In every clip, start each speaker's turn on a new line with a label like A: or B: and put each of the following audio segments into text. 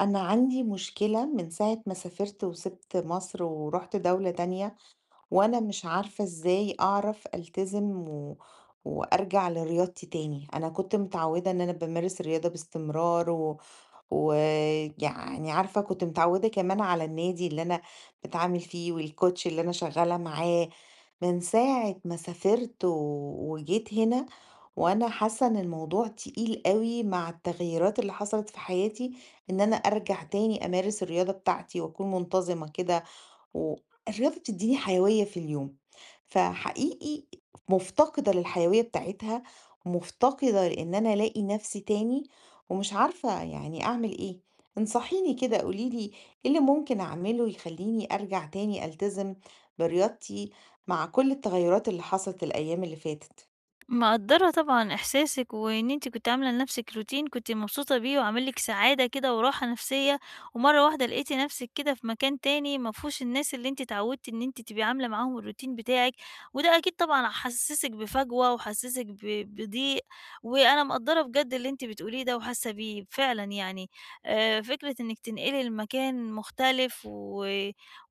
A: أنا عندي مشكلة من ساعة ما سافرت وسِبت مصر ورُحت دولة تانية، وأنا مش عارفة إزاي أعرف ألتزم و وأرجع لرياضتي تاني. أنا كنت متعودة إن أنا بامارس الرياضة باستمرار و ويعني عارفة كنت متعودة كمان على النادي اللي أنا باتعامل فيه والكوتش اللي أنا شغالة معاه. من ساعة ما سافرت و وجيت هنا وأنا حاسة إن الموضوع تقيل أوي مع التغييرات اللي حصلت في حياتي، إن أنا أرجع تاني أمارس الرياضة بتاعتي وأكون منتظمة كده والرياضة بتدّيني حيوية في اليوم. فحقيقي مفتقدة للحيوية بتاعتها، مفتقدة لإن أنا ألاقي نفسي تاني ومش عارفة يعني أعمل إيه. انصحيني كده قولي لي إيه اللي ممكن أعمله يخلّيني أرجع تاني ألتزم برياضتي مع كل التغيرات اللي حصلت الأيام اللي فاتت؟
B: مقدرة طبعًا إحساسِك، وإن أنتِ كنتِ عاملة لنفسِك روتين كنتِ مبسوطة بيه وعامل لِك سعادة كده وراحة نفسية، ومرة واحدة لقيتِ نفسِك كده في مكان تاني ما فيهوش الناس اللي أنتِ اتعودتِ إن أنتِ تبقي عاملة معاهم الروتين بتاعِك، وده أكيد طبعًا حسسِك بفجوة وحسسِك بضيق، وأنا مقدرة بجد اللي أنتِ بتقوليه ده وحاسة بيه فعلًا يعني، فكرة إنِك تنقلي لمكان مختلف و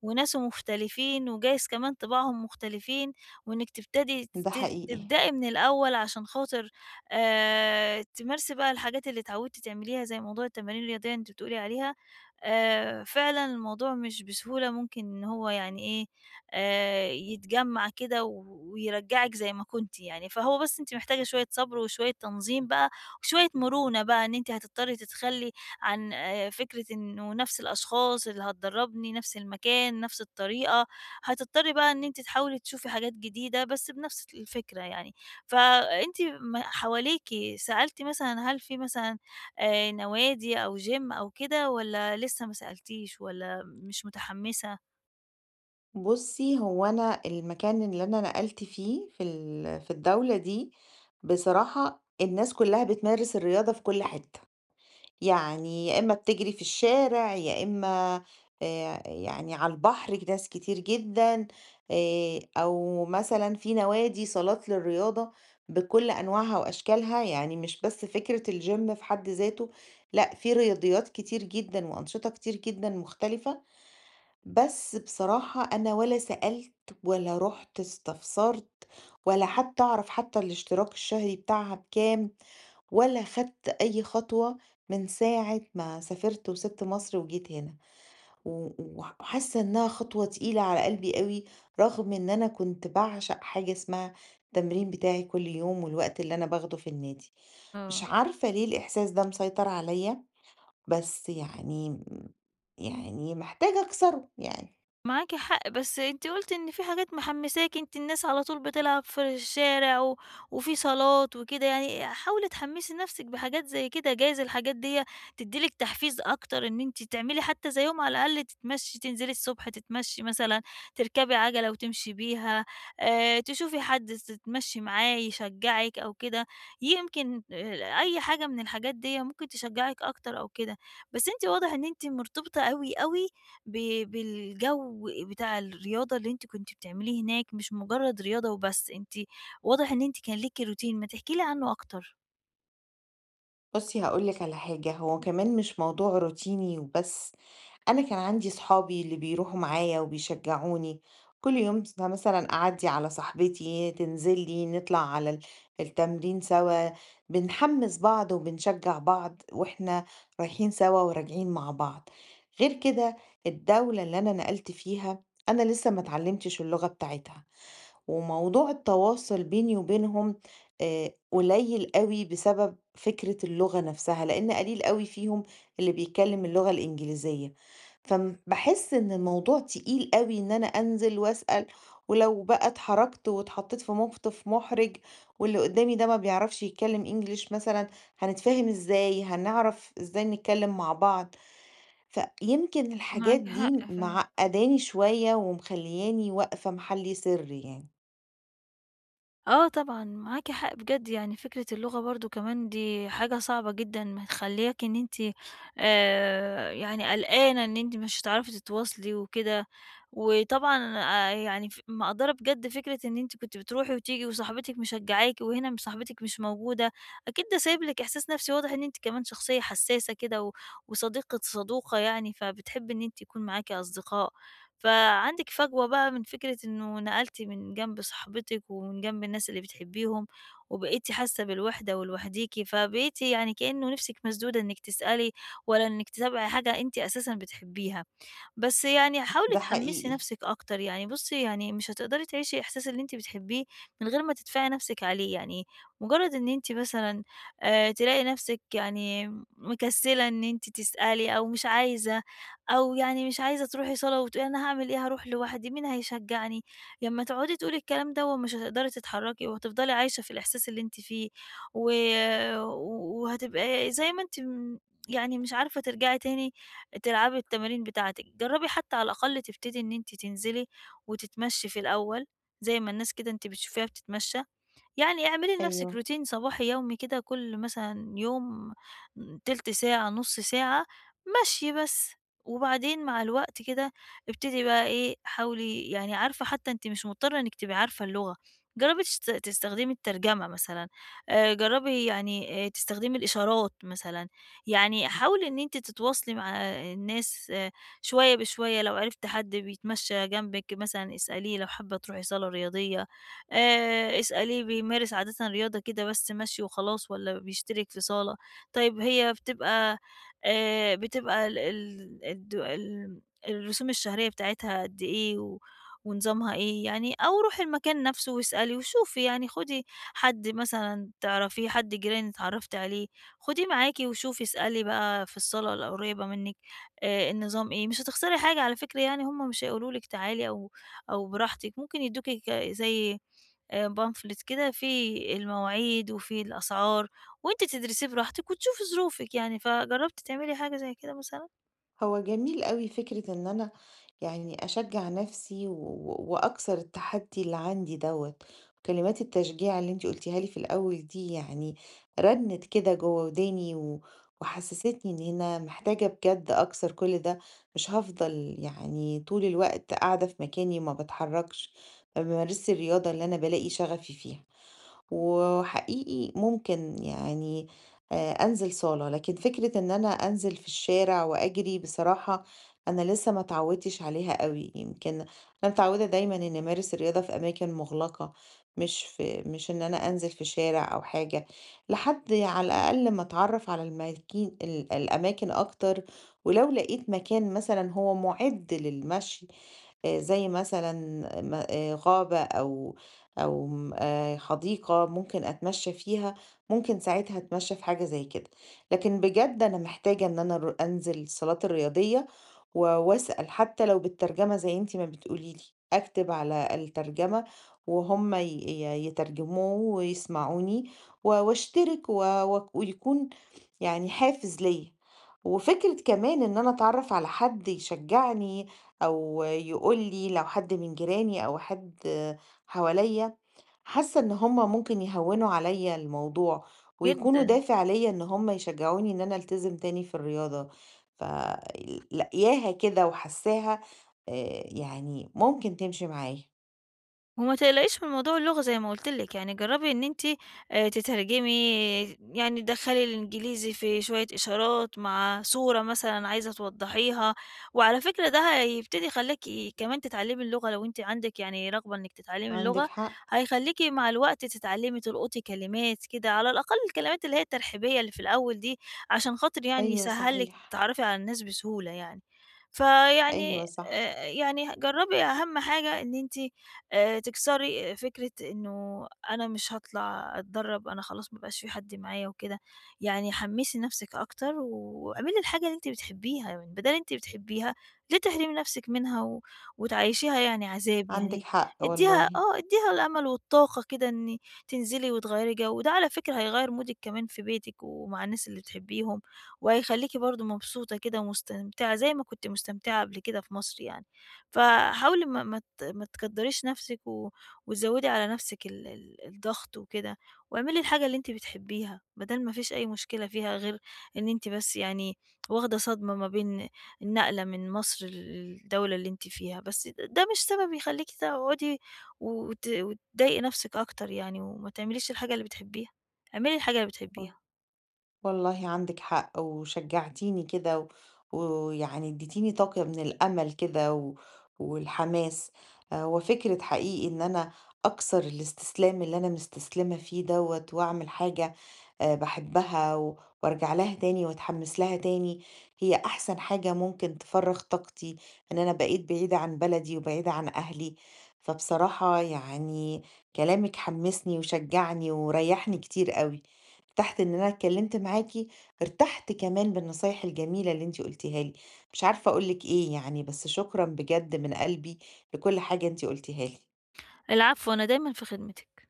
B: وناسه مختلفين وجايز كمان طباعهم مختلفين، وإنِّك تبتدي
A: ده
B: تبت
A: حقيقي.
B: تبدئي من الأول عشان خاطر تمارسي بقى الحاجات اللي اتعودتِ تعمليها زي موضوع التمارين الرياضية أنتِ بتقولي عليها، فعلًا الموضوع مش بسهولة ممكن إن هو يعني إيه، يتجمّع كده ويرجّعِك زي ما كنتِ يعني، فهو بس أنتِ محتاجة شوية صبر وشوية تنظيم بقى وشوية مرونة بقى إن أنتِ هتضطري تتخلّي عن فكرة إنه نفس الأشخاص اللي هتدرّبني، نفس المكان، نفس الطريقة، هتضطرّي بقى إن أنتِ تحاولي تشوفي حاجات جديدة بس بنفس الفكرة يعني. فأنتِ م حواليكِ سألتِ مثلًا هل في مثلًا نوادي أو gym أو كده والّا لسه ما سألتيش والّا مش متحمّسة؟
A: بُصّي، هو أنا المكان اللي أنا نقلت فيه في الدولة دي، بصراحة الناس كلّها بتمارس الرياضة في كل حتة. يعني يا إمّا بتجري في الشارع، يا إمّا يعني على البحر ناس كتير جدًا، أو مثلًا في نوادي صالات للرياضة بكل أنواعها وأشكالها، يعني مش بس فكرة الgym في حد ذاته. لأ في رياضيات كتير جدًا وأنشطة كتير جدًا مختلفة، بس بصراحة أنا ولا سألت ولا رُحت استفسرت، ولا حتى أعرف حتى الاشتراك الشهري بتاعها بكام. ولا خدت أي خطوة من ساعة ما سافرت وسِبت مصر وجيت هنا، و وح وحاسة إنها خطوة تقيلة على قلبي أوي، رغم إن أنا كنت باعشق حاجة اسمها التمرين بتاعي كل يوم والوقت اللي أنا باخده في النادي. مش
B: آه.
A: عارفة ليه الإحساس ده مسيطر عليّا، بس يعني م يعني محتاجة أكسره يعني.
B: معاكِ حق، بس أنتِ قُلتِ إن في حاجات محمّساكِ، أنتِ الناس على طول بتلعب في الشارع وفي صالات وكده، يعني حاولي تحمّسي نَفْسِك بحاجات زي كده، جايز الحاجات ديّة تدّي لِك تحفيز أكتر إن أنتِ تعملي حتى زيهم على الأقل تتمشّي، تنزلي الصبح تتمشّي مثلًا، تركبي عَجَلة وتمشي بيها، تشوفي حد تتمشّي معاه يشجّعِك أو كده، يمكن أي حاجة من الحاجات ديّة ممكن تشجّعِك أكتر أو كده، بس أنتِ واضح إن أنتِ مرتبطة أوي ب بالجو بتاع الرياضة اللي أنتِ كنتِ بتعمليه هناك، مش مجرد رياضة وبس، أنتِ واضح إن أنتِ كان ليكِ روتين، ما تحكي لي عنه أكتر.
A: بُصّي هاقول لِك على حاجة، هو كمان مش موضوع روتيني وبس. أنا كان عندي صحابي اللي بيروحوا معايا وبيشجعوني كل يوم مثلا أعدي على صاحبتي تنزلي نطلع على التمرين سوا، بنحمس بعض وبنشجع بعض واحنا رايحين سوا وراجعين مع بعض. غير كده الدولة اللي أنا نقلت فيها أنا لسه ما اتعلمتش اللغة بتاعتها، وموضوع التواصل بيني وبينهم آه، قليل قوي بسبب فكرة اللغة نفسها، لأن قليل قوي فيهم اللي بيتكلم اللغة الإنجليزية. فبحس إن الموضوع تقيل قوي إن أنا أنزل وأسأل، ولو بقى اتحركت واتحطيت في موقف محرج واللي قدامي ده ما بيعرفش يتكلم إنجليش مثلا، هنتفاهم إزاي؟ هنعرف إزاي نتكلم مع بعض؟ فيمكن الحاجات
B: معاكِ
A: دي
B: حق ف
A: معقداني شوية ومخلياني واقفة محلي سري يعني.
B: آه طبعًا، معاكِ حق بجد، يعني فكرة اللغة برضه كمان دي حاجة صعبة جدًا مخلّياكِ إن أنتِ يعني قلقانة إن أنتِ مش هتعرفي تتواصلي وكده، وطبعًا يعني ف مقدّرة بجد فكرة إن أنتِ كنتِ بتروحي وتيجي وصاحبتِك مشجعاكِ وهنا م صاحبتِك مش موجودة، أكيد ده سايب لِك إحساس نفسي واضح إن أنتِ كمان شخصية حساسة كده وصديقة صدوقة يعني، فبتحبي إن أنتِ يكون معاكِ أصدقاء. فعندِك فجوة بقى من فكرة إنه نقلتِ من جنب صاحبتِك ومن جنب الناس اللي بتحبيهم، وبقيتِ حاسة بالوحدة ولوحديكِ، فبقيتِ يعني كأنه نِفسِك مسدودة إنِك تسألي ولا إنِك تتابعي حاجة أنتِ أساسًا بتحبيها. بس يعني حاولي
A: ده
B: تحمّسي
A: حقيقي.
B: نَفْسِك أكتر، يعني بُصّي يعني مش هتقدري تعيشي الإحساس اللي أنتِ بتحبّيه من غير ما تدفعي نَفْسِك عليه، يعني مجرّد إن أنتِ مثلًا تلاقي نَفْسِك يعني مكسّلة إن أنتِ تسألي أو مش عايزة أو يعني مش عايزة تروحي صلاة وتقولي أنا هاعمل إيه هاروح لوحدي، مين هيشجّعني، لمّا تقعدي تقولي الكلام دوّة مش هتقدري تتحرّكي وهتفضلي عايشة في الإحساس اللي أنتِ فيه و وهتبقى زي ما أنتِ م يعني مش عارفة ترجعي تاني تلعبي التمارين بتاعتِك، جرّبي حتى على الأقل تبتدي إن أنتِ تنزلي وتتمشي في الأول، زي ما الناس كده أنتِ بتشوفيها بتتمشى، يعني اعملي لنفسِك
A: أيوه.
B: روتين صباحي يومي كده كل مثلًا يوم تِلت ساعة، نُص ساعة مشي بس، وبعدين مع الوقت كده ابتدي بقى إيه، حاولي يعني عارفة حتى أنتِ مش مضطرة إنِّك تبقي عارفة اللغة، جرّبي تستخدمي الترجمة مثلًا، جرّبي يعني تستخدمي الإشارات مثلًا، يعني حاولي إن أنتِ تتواصلي مع الناس آه، شوية بشوية، لو عرفتِ حد بيتمشى جنبِك مثلًا اسأليه، لو حابة تروحي صالة رياضية اسأليه بيمارس عادةً رياضة كده بس مشي وخلاص والّا بيشترك في صالة؟ طيب هي بتبقى بتبقى ال ال الد ال الرسوم الشهرية بتاعتها قد إيه ونظامها إيه يعني؟ أو روحي المكان نفسه واسألي وشوفي يعني، خدي حد مثلًا تعرفيه، حد جيران اتعرّفتِ عليه، خديه معاكِ وشوفي اسألي بقى في الصالة القريبة منِّك النظام إيه، مش هتخسري حاجة على فكرة يعني، هُم مش هيقولوا لِك تعالي أو براحتك، ممكن يدّوكِ ك زي pamphlet كده فيه المواعيد وفيه الأسعار، وأنتِ تدرسيه براحتِك وتشوفي ظروفِك يعني، فجرّبتِ تعملي حاجة زي كده مثلًا؟
A: هو جميل أوي فكرة إن أنا يعني أشجّع نَفْسي و و- وأكسر التحدّي اللي عندي دوّة. كلمات التشجيع اللي أنتِ قُلتيها لي في الأول دي يعني رنِّت كده جوّه وداني و وحسّستني إن أنا محتاجة بجد أكسر كل ده. مش هافضل يعني طول الوقت قاعدة في مكاني ما باتحرّكش، ما بامارسش الرياضة اللي أنا بالاقي شغفي فيها. وحقيقي ممكن يعني أنزل صالة، لكن فكرة إن أنا أنزل في الشارع وأجري بصراحة أنا لسه ما اتعودتش عليها أوي. يمكن أنا متعودة دايمًا إني أمارس الرياضة في أماكن مغلقة، مش إن أنا أنزل في شارع أو حاجة، لحد على الأقل ما أتعرف على الماكين ال الأماكن أكتر. ولو لقيت مكان مثلًا هو مُعِد للمشي زي مثلًا م غابة أو أو م حديقة ممكن أتمشّى فيها، ممكن ساعتها أتمشّى في حاجة زي كده. لكن بجد أنا محتاجة إن أنا ر أنزل الصالات الرياضية و وأسأل حتى لو بالترجمة زي أنتِ ما بتقولي لي، أكتب على الترجمة وهُم ي ي يترجموه ويسمعوني و واشترك و وك ويكون يعني حافز ليّا. وفكرة كمان إن أنا أتعرّف على حد يشجّعني أو يقول لي لو حد من جيراني أو حد حواليّا، حاسة إن هُم ممكن يهوّنوا عليّا الموضوع، ويكونوا
B: جدًا.
A: دافع ليّا إن هُم يشجعوني إن أنا ألتزم تاني في الرياضة. ف لاقياها كده وحاساها يعني ممكن تمشي معايا.
B: وما تقلقيش من موضوع اللغة زي ما قُلت لِك، يعني جرّبي إن أنتِ تترجمي، يعني تدخّلي الإنجليزي في شوية إشارات مع صورة مثلًا عايزة توضّحيها، وعلى فكرة ده هيبتدي يخلّاكِ كمان تتعلّمي اللغة لو أنتِ عندِك يعني رغبة إنِّك تتعلّمي
A: عندِك
B: اللغة،
A: حق،
B: هيخلّيكِ مع الوقت تتعلّمي تلقطي كلمات كده، على الأقل الكلمات اللي هي الترحيبية اللي في الأول دي، عشان خاطر يعني
A: أيوه
B: يسهّل لِك
A: صحيح،
B: تتعرّفي على الناس بسهولة يعني. فيعني
A: أيوه صح،
B: يعني جرّبي أهم حاجة إن أنتِ تكسري آه، فكرة إنه أنا مش هاطلع أتدرّب، أنا خلاص ما بقاش في حد معايا وكده، يعني حمّسي نَفْسِك أكتر واعملي الحاجة اللي أنتِ بتحبيها، يعني بدال أنتِ بتحبيها ليه تحرمي نَفْسِك منها وتعيّشيها يعني عذاب
A: عندِك
B: يعني،
A: حق
B: ادّيها
A: والله.
B: آه، ادّيها الأمل والطاقة كده إن تنزلي وتغيّري جو، وده على فكرة هيغيّر مودِك كمان في بيتِك ومع الناس اللي بتحبيهم، وهيخلّيكِ برضه مبسوطة كده ومستمتعة زي ما كنتِ مستمتعة قبل كده في مصر يعني، فحاولي ما تكدّريش نَفْسِك وتزوّدي على نَفْسِك ال ال الضغط وكده، واعملي الحاجة اللي أنتِ بتحبّيها، ما دام ما فيش أي مشكلة فيها غير إن أنتِ بس يعني واخدة صدمة ما بين النقلة من مصر للدولة اللي أنتِ فيها، بس ده مش سبب يخلّيكِ تقعدي وتضايقي نَفْسِك أكتر يعني وما تعمليش الحاجة اللي بتحبّيها، اعملي الحاجة اللي بتحبّيها.
A: والله عندِك حق، وشجعتيني كده و ويعني اديتيني طاقة من الأمل كده و والحماس. وفكرة حقيقي إن أنا أكسر الاستسلام اللي أنا مستسلمة فيه دوّة وأعمل حاجة باحبها و وأرجع لها تاني وأتحمس لها تاني، هي أحسن حاجة ممكن تفرّغ طاقتي، إن أنا بقيت بعيدة عن بلدي وبعيدة عن أهلي. فبصراحة يعني كلامِك حمسني وشجعني وريحني كتير أوي. ارتحت إن أنا اتكلمت معاكِ، ارتحت كمان بالنصايح الجميلة اللي أنتِ قُلتيها لي، مش عارفة أقول لِك إيه يعني، بس شكرًا بجد من قلبي لكل حاجة أنتِ قُلتيها لي.
B: العفو، أنا دايمًا في خدمتِك.